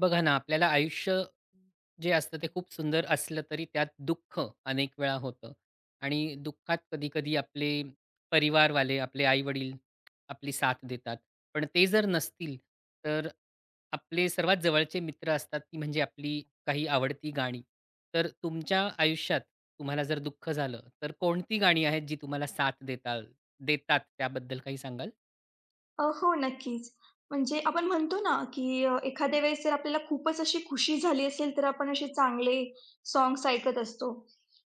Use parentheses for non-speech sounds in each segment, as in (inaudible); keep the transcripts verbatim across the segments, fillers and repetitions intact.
बघा ना, आपल्याला आयुष्य जे असतं ते खूप सुंदर असलं तरी त्यात दुःख अनेक वेळा होतं आणि दुःखात कधी-कधी आपले परिवारवाले, आपले आई-वडील आपली साथ देतात. पण ते जर नसतील, तर आपले सर्वात जवळचे मित्र असतात ती म्हणजे आपली काही आवडती गाणी. तर तुमच्या आयुष्यात तुम्हाला जर दुःख झालं, तर कोणती गाणी आहेत जी तुम्हाला साथ देताल देतात त्याबद्दल काही सांगाल? अ, हो, नक्कीच. म्हणजे आपण म्हणतो ना, की अ, एखाद्या वेळेस जर आपल्याला खूपच अशी खुशी झाली असेल, तर आपण असे चांगले सॉन्ग्स ऐकत असतो.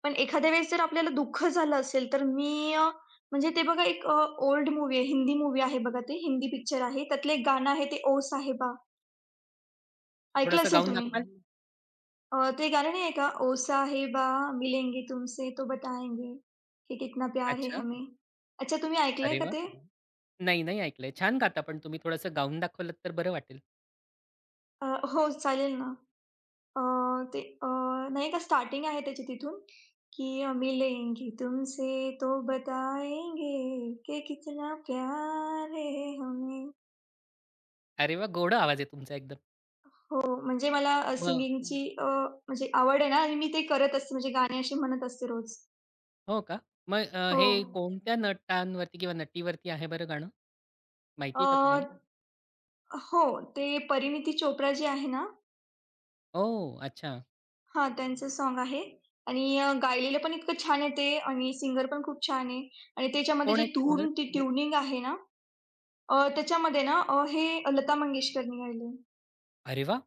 पण एखाद्या वेळेस जर आपल्याला दुःख झालं असेल, तर मी अ, म्हणजे ते बघा एक अ, ओल्ड मूव्ही आहे, हिंदी मूव्ही आहे बघा ते, हिंदी पिक्चर आहे. त्यातलं एक गाणं आहे ते ओ साहिबा, ऐकलं थोडंसं असेल गाऊन तुम्ही. दाखवाल? अ, ते गाणं नाही आहे का? ओ साहिबा मिलेंगे तुमसे तो बताएंगे कि कितना प्यार है अच्छा. हमें. अच्छा तुम्ही ऐकलंय अरे का वाह! ते? हं. नाही, नाही ऐकलंय. छान गाता पण तुम्ही थोडंसं गाऊन दाखवलत तर बरं वाटेल. अ, हो, चालेल ना. अ, ते अ, नाही का स्टार्टिंग आहे त्याची तिथून, की मिलेंगे तुमसे तो बताएंगे कि कितना प्यार है हमें. अरे वा, गोड आवाज आहे तुमचा एकदम. हो, म्हणजे मला मग सिंगिंगची म्हणजे आवड आहे ना आणि मी ते करत असते, म्हणजे गाणी अशी म्हणत असते रोज. हो का? मग अ, हो. हे हं. कोणत्या नटांवरती किंवा नटीवरती आहे बरं गाणं? माहिती आहे का तुम्हाला? हो, ते परिणीती चोप्रा जी आहे ना. ओह! अच्छा. हां, त्यांचं सॉन्ग आहे आणि अ, गायलेलं पण इतकं छान आहे ते आणि सिंगर पण खूप छान आहे आणि त्याच्यामध्ये कोण जी आहेत सिंगर? धून, ती ट्युनिंग आहे ना. अ, त्याच्यामध्ये ना अ, हे लता मंगेशकरनी गायलंय. अरे वाह!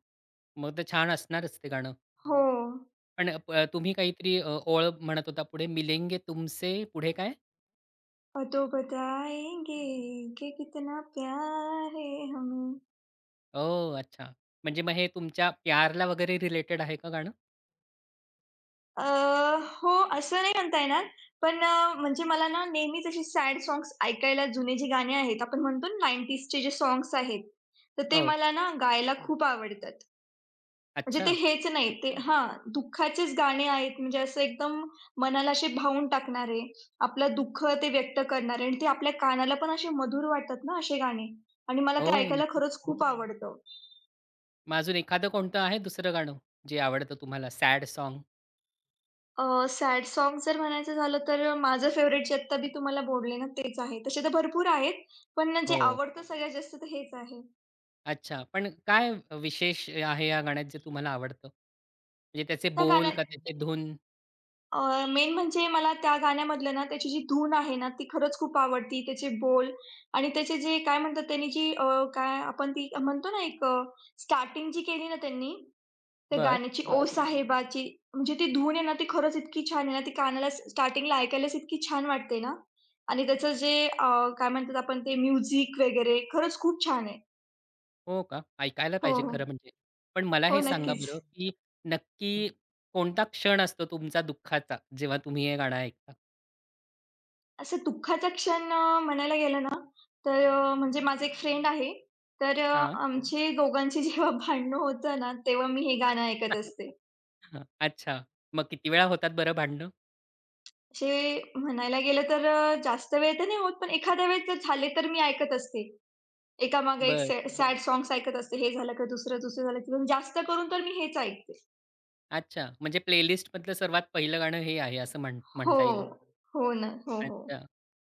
मग तर छान असणारच ते गाणं. हो. पण प तुम्ही काहीतरी अ, ओळ म्हणत होता. पुढे मिलेंगे तुमसे, पुढे काय? अ, तो बताएंगे कि कितना प्यार है हमें. ओह! अच्छा. म्हणजे मग हे तुमच्या प्यारला वगैरे रिलेटेड आहे का गाणं? अ, हो, असं नाही म्हणता येणार, पण अ, म्हणजे मला ना नेहमीच अशी सॅड सॉन्ग्स ऐकायला जुने जे गाणे आहेत, आपण म्हणतो ना 90sचे जे सॉन्ग्स आहेत, तर ते हो. मला ना गायला खूप आवडतात. म्हणजे ते अच्छा. हेच नाही, ते हां, दुःखाचेच गाणे आहेत म्हणजे असं एकदम मनाला असे भावून टाकणारे. आपलं दुःख ते व्यक्त करणारे आणि ते आपल्या कानाला पण असे मधुर वाटतात ना असे गाणे आणि मला ते हो, ऐकायला नक्कीच. खरंच खूप आवडतं. मग अजून एखादं कोणतं आहे दुसरं गाणं जे आवडतं तुम्हाला सॅड साँग? अ, सॅड सॉन्ग जर म्हणायचं झालं तर माझं फेव्हरेट जे आत्ता मी तुम्हाला बोलले ना तेच आहे. तसे तर भरपूर आहेत, पण जे हो. आवडतं सगळ्यात जास्त तर हेच आहे. अच्छा. पण काय विशेष आहे या गाण्यात जे तुम्हाला आवडतं? म्हणजे त्याचे त्या बोल गाण्या का त्याचे धून? अ, मेन म्हणजे मला त्या गाण्यामधलं ना, त्याची जी धून आहे ना, ती खरंच खूप आवडती. त्याचे बोल आणि त्याचे जे काय म्हणतात त्यांनी जी अ, काय आपण ती म्हणतो ना, एक स्टार्टिंग जी केली ना त्यांनी, त्या बर. गाण्याची ओ बरं. साहेबाची, म्हणजे ती धून आहे ना, ती खरंच इतकी छान आहे ना, ती कानाला स्टार्टिंगला ऐकायलाच इतकी छान वाटते ना आणि त्याचं जे अ, काय म्हणतात आपण ते म्युझिक वगैरे खरंच खूप छान आहे. हो का? ऐकायला हो, पाहिजे हो. हो, खरं म्हणजे. पण मला हो हे सांगा नक्कीच. बरं, की नक्की कोणता क्षण असतो तुमचा दुःखाचा, जेव्हा तुम्ही हे गाणं ऐकता? असं दुःखाचा क्षण अ, म्हणायला गेलं ना, तर अ, म्हणजे माझा एक फ्रेंड आहे. तर अ, हां. आमचे दोघांचे जेव्हा भांडणं होतं ना, तेव्हा मी हे गाणं ऐकत असते. (laughs) अच्छा. मग किती वेळा होतात बरं भांडणं? असे म्हणायला गेलं तर अ, जास्त वेळ तर नाही होत, पण एखाद्या वेळेस जर झाले तर मी ऐकत असते. एकामागे एक बरं. सॅड सॅड ऐकत असते. हे झालं का दुसरं, दुसरं झालं की पण जास्त करून तर मी हेच ऐकते. अच्छा. म्हणजे प्लेलिस्टमधलं सर्वात पहिलं गाणं हे आहे असं म्हण हो. म्हणता येईल. हो ना. हो, हो. अच्छा.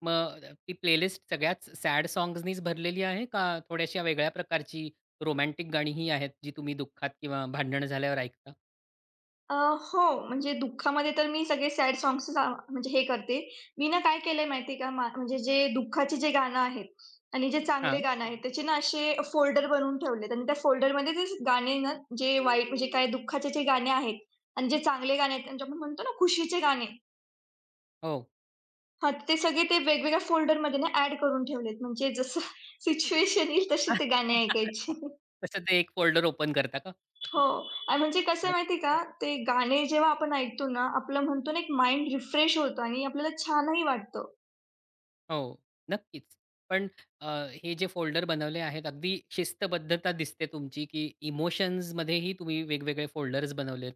मग ती प्लेलिस्ट सगळ्याच सॅड सॉन्ग्सनीच भरलेली आहे का थोड्याशा वेगळ्या प्रकारची रोमॅन्टिक गाणीही आहेत, जी तुम्ही दुःखात किंवा भांडण झाल्यावर ऐकता? अ, हो, म्हणजे दुःखामध्ये तर मी सगळे सॅड सॉन्ग्सच आव म्हणजे हे करते. मी ना काय केलंय माहिती का? मा म्हणजे जे दुःखाचे जे गाणं आहेत आणि जे चांगले हां. गाणं आहेत, त्याचे ना असे फोल्डर बनवून ठेवलेत आणि त्या फोल्डरमध्ये ते गाणे ना, जे वाईट म्हणजे काय दुःखाचे जे गाणे आहेत आणि जे चांगले गाणे आहेत, म्हणजे आपण म्हणतो ना खुशीचे गाणे. हो. हां, ते सगळे ते वेगवेगळ्या फोल्डरमध्ये ना ॲड करून ठेवलेत. म्हणजे जसं (laughs) सिच्युएशन येईल तसे ते गाणे (laughs) ऐकायचे. तसं ते एक फोल्डर ओपन करता का? हो. आणि म्हणजे कसं आहे माहिती आहे का, ते गाणे जेव्हा आपण ऐकतो ना, आपलं म्हणतो ना, एक माइंड रिफ्रेश होतं आणि आपल्याला छानही वाटतं. हो, नक्कीच. पण अ, हे जे फोल्डर बनवले आहेत, अगदी शिस्तबद्धता दिसते तुमची, की इमोशन्समध्येही तुम्ही वेगवेगळे फोल्डर्स बनवलेत.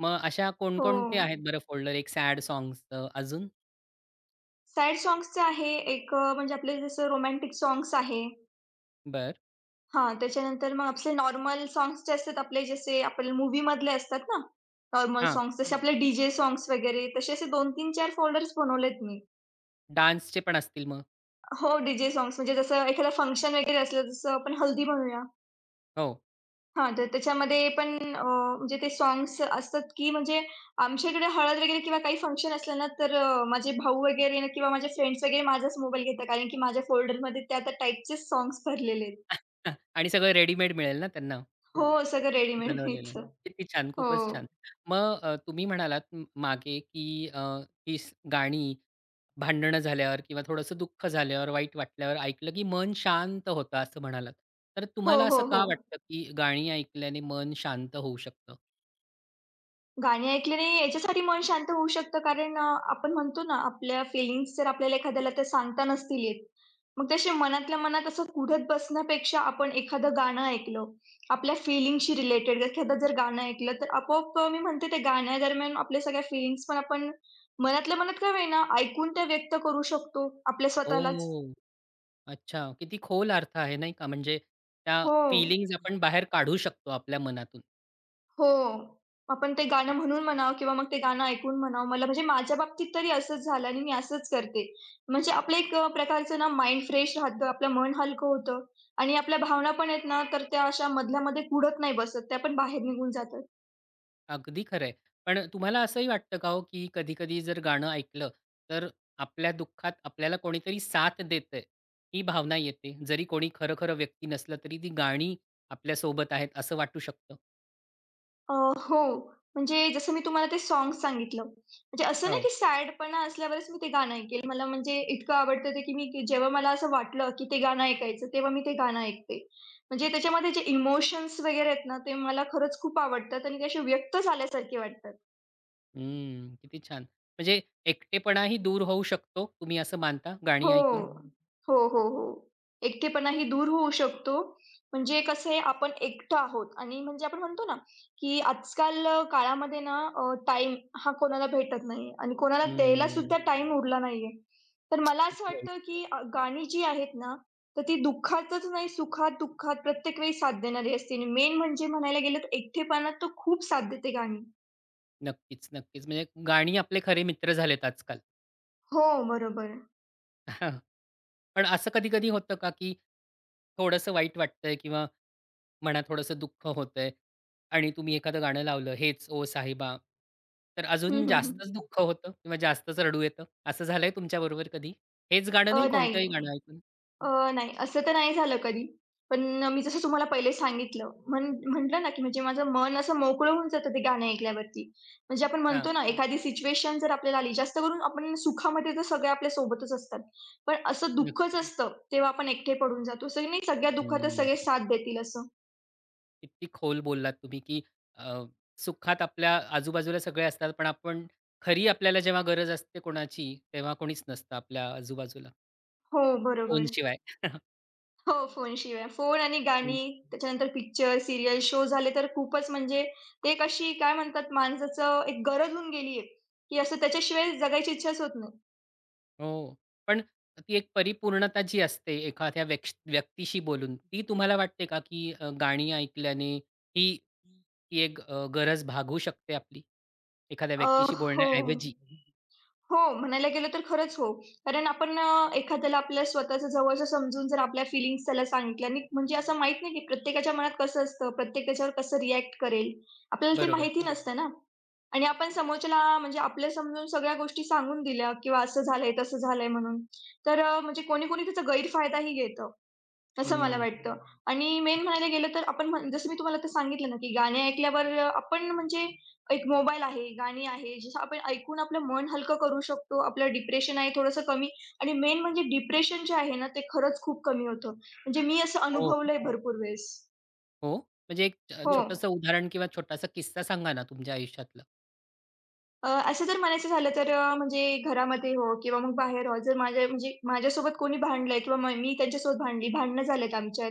मग अशा हो. कोणकोणते आहेत हं. बरं फोल्डर? एक सॅड सॉन्ग्सचं अजून? सॅड सॉन्ग्सचं आहे एक अ, म्हणजे आपले जसं रोमॅन्टिक सॉन्ग्स आहे. बरं. हां, त्याच्यानंतर मग आपले नॉर्मल सॉन्ग्स जे असतात आपले जसे आपले मूव्हीमधले असतात ना, नॉर्मल हां. सॉन्ग्स जसे आपले डी-जे सॉंग्स वगैरे तसे असे दोन तीन-चार फोल्डर्स बनवलेत मी. डान्सचे पण असतील मग? हो, डी-जे सॉन्ग्स म्हणजे जसं एखादं फंक्शन वगैरे असलं, जसं आपण हल्दी म्हणूया. हो. हां, तर त्याच्यामध्ये पण अ, म्हणजे ते साँग्स असतात, की म्हणजे आमच्या इकडे हळद वगैरे किंवा काही फंक्शन असलं ना, तर अ, माझे भाऊ वगैरे ना किंवा माझे फ्रेंड्स वगैरे माझाच मोबाईल घेतात. कारण की माझ्या फोल्डरमध्ये त्या त्या टाइपचेच साँग्स भरलेले आहेत. हां. आणि सगळं रेडीमेड मिळेल ना त्यांना हो, सगळं रेडीमेड बनवलेलं. मिळतं. किती छान, हो. खूपच छान. मग अ, तुम्ही म्हणालात म मागे, की अ, ही स गाणी भांडणं झाल्यावर किंवा थोडंसं दुःख झाल्यावर, वाईट वाटल्यावर ऐकलं, की मन शांत होतं असं म्हणालात. तर हो, तुम्हाला हो, असं हो. का वाटतं, की गाणी ऐकल्याने मन शांत होऊ शकतं? गाणी ऐकल्याने याच्यासाठी मन शांत होऊ शकतं कारण अ, आपण म्हणतो ना, आपल्या फीलिंग्ज जर आपल्याला एखाद्याला त्या सांगता नसतील येत, मग तसे मनातल्या मनात असं कुढत बसण्यापेक्षा आपण एखादं गाणं ऐकलं, आपल्या फीलिंगशी रिलेटेड एखादं जर गाणं ऐकलं, तर आपोआप अ, मी म्हणते त्या गाण्यादरम्यान आपल्या सगळ्या फीलिंग्ज पण आपण मनातल्या मनात का होईना ऐकून त्या व्यक्त करू शकतो आपल्या स्वतःलाच. ओ, अच्छा. किती खोल अर्थ आहे नाही का? म्हणजे त्या हो. फीलिंग्ज आपण बाहेर काढू शकतो आपल्या मनातून. हो. आपण ते गाणं म्हणून म्हणावं किंवा मग ते गाणं ऐकून म्हणावं. मला म्हणजे माझ्या बाबतीत तरी असंच झालं आणि मी असंच करते. म्हणजे आपलं एक अ, प्रकारचं ना माइंड फ्रेश राहतं, आपलं मन हलकं होतं आणि आपल्या भावना पण आहेत ना, तर त्या अशा मधल्यामध्ये कुढत नाही बसत. त्या पण बाहेर निघून जातात. अगदी खरं आहे. पण तुम्हाला असंही वाटतं का हो, की कधी-कधी जर गाणं ऐकलं, तर आपल्या दुःखात आपल्याला कोणीतरी साथ देतंय, ही भावना येते. जरी कोणी खरं-खरं व्यक्ती नसलं, तरी ती गाणी आपल्या सोबत आहेत, असं वाटू शकतं? अ, हो. म्हणजे जसं मी तुम्हाला ते सॉन्ग सांगितलं. म्हणजे असं हो. नाही की सॅडपणा असल्यावरच मी ते गाणं ऐकेल. मला म्हणजे इतकं आवडतं ते की मी की जेव्हा मला असं वाटलं की ते गाणं ऐकायचं, तेव्हा मी ते गाणं ऐकते. म्हणजे त्याच्यामध्ये जे इमोशन्स वगैरे आहेत ना, ते मला खरंच खूप आवडतात आणि ते असे व्यक्त झाल्यासारखे वाटतात. हं. किती छान. म्हणजे एकटेपणाही दूर होऊ शकतो, तुम्ही असं मानता हो. गाणी ऐकून? हो हो, हो, हो. एकटेपणाही दूर होऊ शकतो. म्हणजे कसं आहे आपण एकटं आहोत आणि म्हणजे आपण म्हणतो ना, की आजकाल अ, काळामध्ये ना अ, टाईम हा कोणाला भेटत नाही आणि कोणाला द्यायला हं. सुद्धा टाईम उरला नाहीये. तर मला असं किती वाईट. वाटतं, की अ, गाणी जी आहेत ना, तर ती दुःखातच नाही सुखात-दुःखात प्रत्येक वेळी साथ देणारी असते आणि मेन म्हणजे म्हणायला गेलं तर एकटेपणात तर खूप साथ देते गाणी. नक्कीच, नक्कीच. म्हणजे गाणी आपले खरे मित्र झालेत आजकाल. हो, बरोबर. (laughs) पण असं कधी-कधी होतं का, की थोडंसं वाईट वाटतंय किंवा म्हणा थोडंसं दुःख होतंय आणि तुम्ही एखादं गाणं लावलं, हेच ओ साहिबा, तर हं, अजून हं, जास्तच हं. दुःख होतं किंवा जास्तच रडू येतं. असं झालंय तुमच्याबरोबर कधी? हेच गाणं अ, नाही, नाही. कोणतंही गाणं ऐकून? अ, नाही, असं तर नाही झालं कधी. पण मी जसं तुम्हाला पहिले सांगितलं, म्हण म्हटलं ना, की म्हणजे माझं मन असं मोकळं होऊन जातं ते गाणं ऐकल्यावरती. म्हणजे आपण हां, म्हणतो ना, एखादी सिच्युएशन जर आपल्याला आली, जास्त करून आपण सुखामध्ये तर सगळे आपल्या सोबतच असतात. पण असं दुःखच नक्कीच. असतं, तेव्हा आपण एकटे पडून जातो. असं नाही सगळ्या दुःखातच हं. सगळे साथ देतील असं. किती खोल बोललात तुम्ही, की अ, सुखात आपल्या आजूबाजूला सगळे असतात, पण आपण खरी आपल्याला जेव्हा गरज असते कोणाची, तेव्हा कोणीच नसतं आपल्या आजूबाजूला, हो, बरोबर. फोनशिवाय. (laughs) हो, फोनशिवाय. फोन आणि गाणी, त्याच्यानंतर पिक्चर, सीरियल, शो झाले तर खूपच म्हणजे ते एक काय म्हणतात माणसाचं एक गरज होऊन गेली की असं त्याच्याशिवाय जगायची इच्छाच होत नाही. हो. पण ती एक परिपूर्णता जी असते एखाद्या व्यक्ष व्यक्तीशी बोलून, ती तुम्हाला वाटते का, की अ, गाणी ऐकल्याने ही ती एक अ, गरज भागू शकते आपली? एखाद्या अ, व्यक्तीशी हो. बोलण्याऐवजी. हो, म्हणायला गेलं तर खरंच हो. कारण आपण अ, एखाद्याला आपल्या स्वतःचं जवळचं समजून जर आपल्या फीलिंग्ज त्याला सांगितल्या आणि म्हणजे असं माहीत नाही की प्रत्येकाच्या मनात कसं असतं, प्रत्येक त्याच्यावर कसं रिएक्ट करेल. आपल्याला ते बरोबर. माहिती नसतं ना. आणि आपण समोरच्याला म्हणजे आपल्या समजून सगळ्या गोष्टी सांगून दिल्या किंवा असं झालंय, तसं झालंय म्हणून. तर अ, म्हणजे कोणी-कोणी त्याचा गैरफायदाही घेतं. असं मला हं. वाटतं. आणि मेन म्हणायला गेलं तर आपण म्हण जसं मी तुम्हाला आता सांगितलं ना, की गाणी ऐकल्यावर अ, आपण म्हणजे एक मोबाईल आहे, गाणी आहे, जसं आपण ऐकून आपलं मन हलकं करू शकतो. आपलं डिप्रेशन आहे थोडंसं कमी आणि मेन म्हणजे डिप्रेशन जे आहे ना, ते खरंच खूप कमी होतं. म्हणजे मी असं हो का? अनुभवलंय भरपूर वेळेस. हो. म्हणजे एक अ, हो हो. छोटंसं उदाहरण किंवा छोटासा किस्सा सांगा ना तुमच्या आयुष्यातला? अ, असं जर म्हणायचं झालं तर अ, म्हणजे घरामध्ये हो किंवा मग बाहेर हो, जर माझ्या म्हणजे माझ्यासोबत कोणी भांडलंय किंवा म मी त्यांच्यासोबत भांडली, भांडणं झालेत आमच्यात,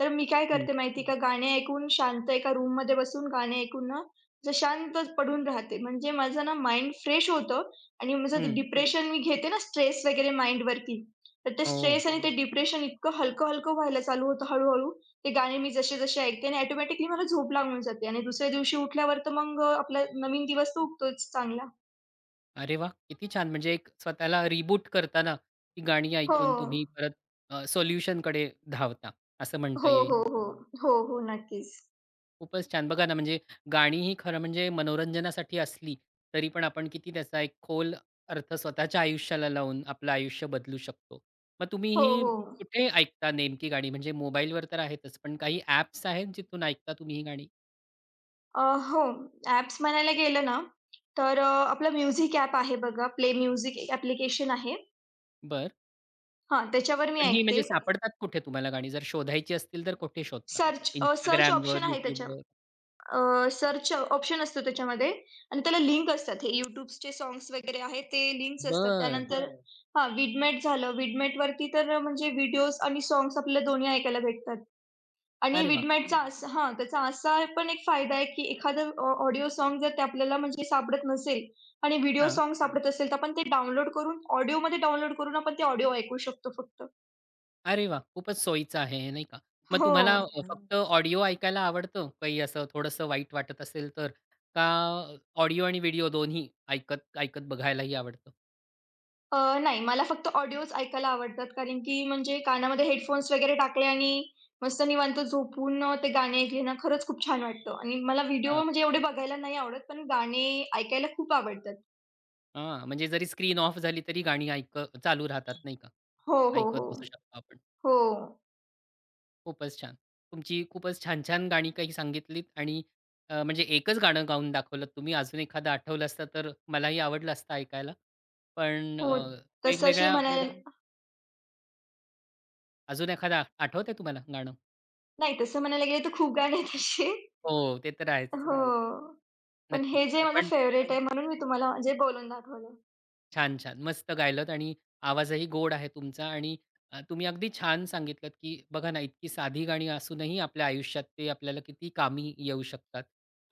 तर मी काय हं. करते माहिती आहे का, गाणे ऐकून शांत एका रूममध्ये बसून गाणे ऐकून ना, असं शांत पडून राहते. म्हणजे माझं ना माइंड फ्रेश होतं आणि माझं ते हं. डिप्रेशन मी घेते ना स्ट्रेस वगैरे माइंडवरती, तर ते हो. स्ट्रेस आणि ते हं. डिप्रेशन इतकं हलकं-हलकं व्हायला चालू होतं हळू ते गाणे मी जसे-जसे ऐकते आणि ऑटोमॅटिकली मला झोप लागून जाते आणि दुसऱ्या दिवशी उठल्यावर तर मग अ, आपला नवीन दिवस तर उगतोच चांगला. अरे वाह! किती छान. म्हणजे एक स्वतःला रिबूट करताना ती गाणी हो. ऐकून तुम्ही परत अ, सोल्युशनकडे धावता, असं म्हणता हो, येईल. हो, हो. हो, हो. नक्कीच. खूपच छान. बघा ना, म्हणजे गाणी ही खरं म्हणजे मनोरंजनासाठी असली, तरी पण आपण किती त्याचा एक खोल अर्थ स्वतःच्या आयुष्याला लावून आपलं आयुष्य बदलू शकतो. मग तुम्ही हो, ही हो. कुठे ऐकता नेमकी गाणी? म्हणजे मोबाईलवर तर आहेतच, पण काही ॲप्स आहेत जिथून ऐकता तुम्ही ही गाणी? अ, हो. ॲप्स म्हणायला गेलं ना, तर अ, आपलं म्युझिक ॲप आहे बघा, प्ले म्युझिक ॲप्लिकेशन आहे. बर. हां, त्याच्यावर मी पण ही ऐकते. म्हणजे सापडतात कुठे तुम्हाला गाणी? जर शोधायची असतील तर कुठे शोधता? सर्च अ, सर्च Instagramवर, ऑप्शन आहे त्याच्या. YouTubeवर? अ, सर्च ऑप्शन असतो त्याच्यामध्ये आणि त्याला लिंक असतात. हे YouTubeचे सॉन्ग्स वगैरे आहेत ते लिंक्स असतात. बरं. त्यानंतर अच्छा. हां, Vidmat झालं. Vidmatवरती तर म्हणजे व्हिडिओज आणि सॉन्ग्स आपल्याला दोन्ही ऐकायला भेटतात. आणि अरे वाह! Vidmatचा हं. असा हां, त्याचा असा पण एक फायदा आहे, की एखादं ऑडिओ सॉन्ग जर ते आपल्याला म्हणजे सापडत नसेल आणि व्हिडिओ हां. सॉन्ग हं. सापडत असेल, तर आपण ते डाउनलोड करून ऑडिओमध्ये डाउनलोड करून आपण ते ऑडिओ ऐकू शकतो फक्त. अरे वाह! खूपच सोयीचं आहे हे, नाही का? मग हो. तुम्हाला अ, फक्त ऑडिओ ऐकायला आवडतं, काही असं थोडंसं वाईट वाटत असेल तर? का ऑडिओ आणि व्हिडिओ दोन्ही ऐकत ऐकत बघायलाही आवडतं? अ, नाही, मला फक्त ऑडिओज ऐकायला आवडतात. कारण की म्हणजे कानामध्ये हेडफोन्स वगैरे टाकले आणि मस्त निवांत झोपून अ, ते गाणे ऐकले ना, खरंच खूप छान वाटतं आणि मला व्हिडिओ हां, म्हणजे एवढे बघायला नाही आवडत, पण गाणे ऐकायला खूप आवडतात. हां. म्हणजे जरी स्क्रीन ऑफ झाली तरी गाणी ऐक चालू राहतात, नाही का? हो, हो, हो. ऐकत बसू शकतो आपण. हो. खूपच छान. तुमची खूपच छान-छान गाणी काही सांगितलीत आणि अ, म्हणजे एकच गाणं गाऊन दाखवलंत तुम्ही. अजून एखादं आठवलं असतं तर मलाही आवडलं असतं ऐकायला. पण अ, हो. तसं असे वेगवेगळ्या म्हणायला एखादा? अजून एखादं आठवतंय तुम्हाला गाणं? नाही, तसं म्हणायला गेले तर खूप गाणे आहेत असे. हो, ते तर आहेच. हो. पण नक्कीच. हे जे माझं पण फेव्हरेट आहे म्हणून मी तुम्हाला म्हणजे बोलून दाखवलं. छान, छान. मस्त गायलत आणि आवाजही गोड आहे तुमचा आणि अ, तुम्ही अगदी छान सांगितलत, की बघा ना, इतकी साधी गाणी असूनही आपल्या आयुष्यात ते आपल्याला किती कामी येऊ शकतात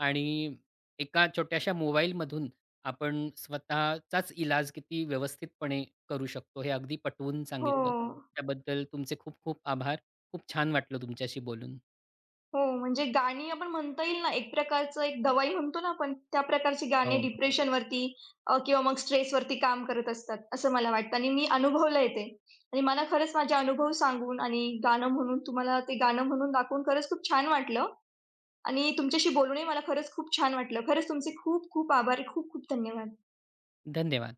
आणि एका छोट्याशा मोबाईलमधून आपण स्वतःचाच इलाज किती व्यवस्थितपणे करू शकतो, हे अगदी पटवून हो. सांगितलत. त्याबद्दल तुमचे खूप खूप आभार. खूप छान वाटलं तुमच्याशी बोलून. हो, म्हणजे गाणी आपण म्हणता येईल ना, एक प्रकारचं एक दवाई म्हणतो ना आपण, त्या प्रकारची गाणी हो. डिप्रेशनवरती अ, किंवा मग स्ट्रेसवरती काम करत असतात, असं मला वाटतं आणि मी अनुभवलंय ते. आणि मला खरंच माझे अनुभव सांगून आणि गाणं म्हणून तुम्हाला ते गाणं म्हणून दाखवून खरंच खूप छान वाटलं आणि तुमच्याशी बोलूनही मला खरंच खूप छान वाटलं. खरंच तुमचे खूप खूप आभार. खूप खूप धन्यवाद. धन्यवाद.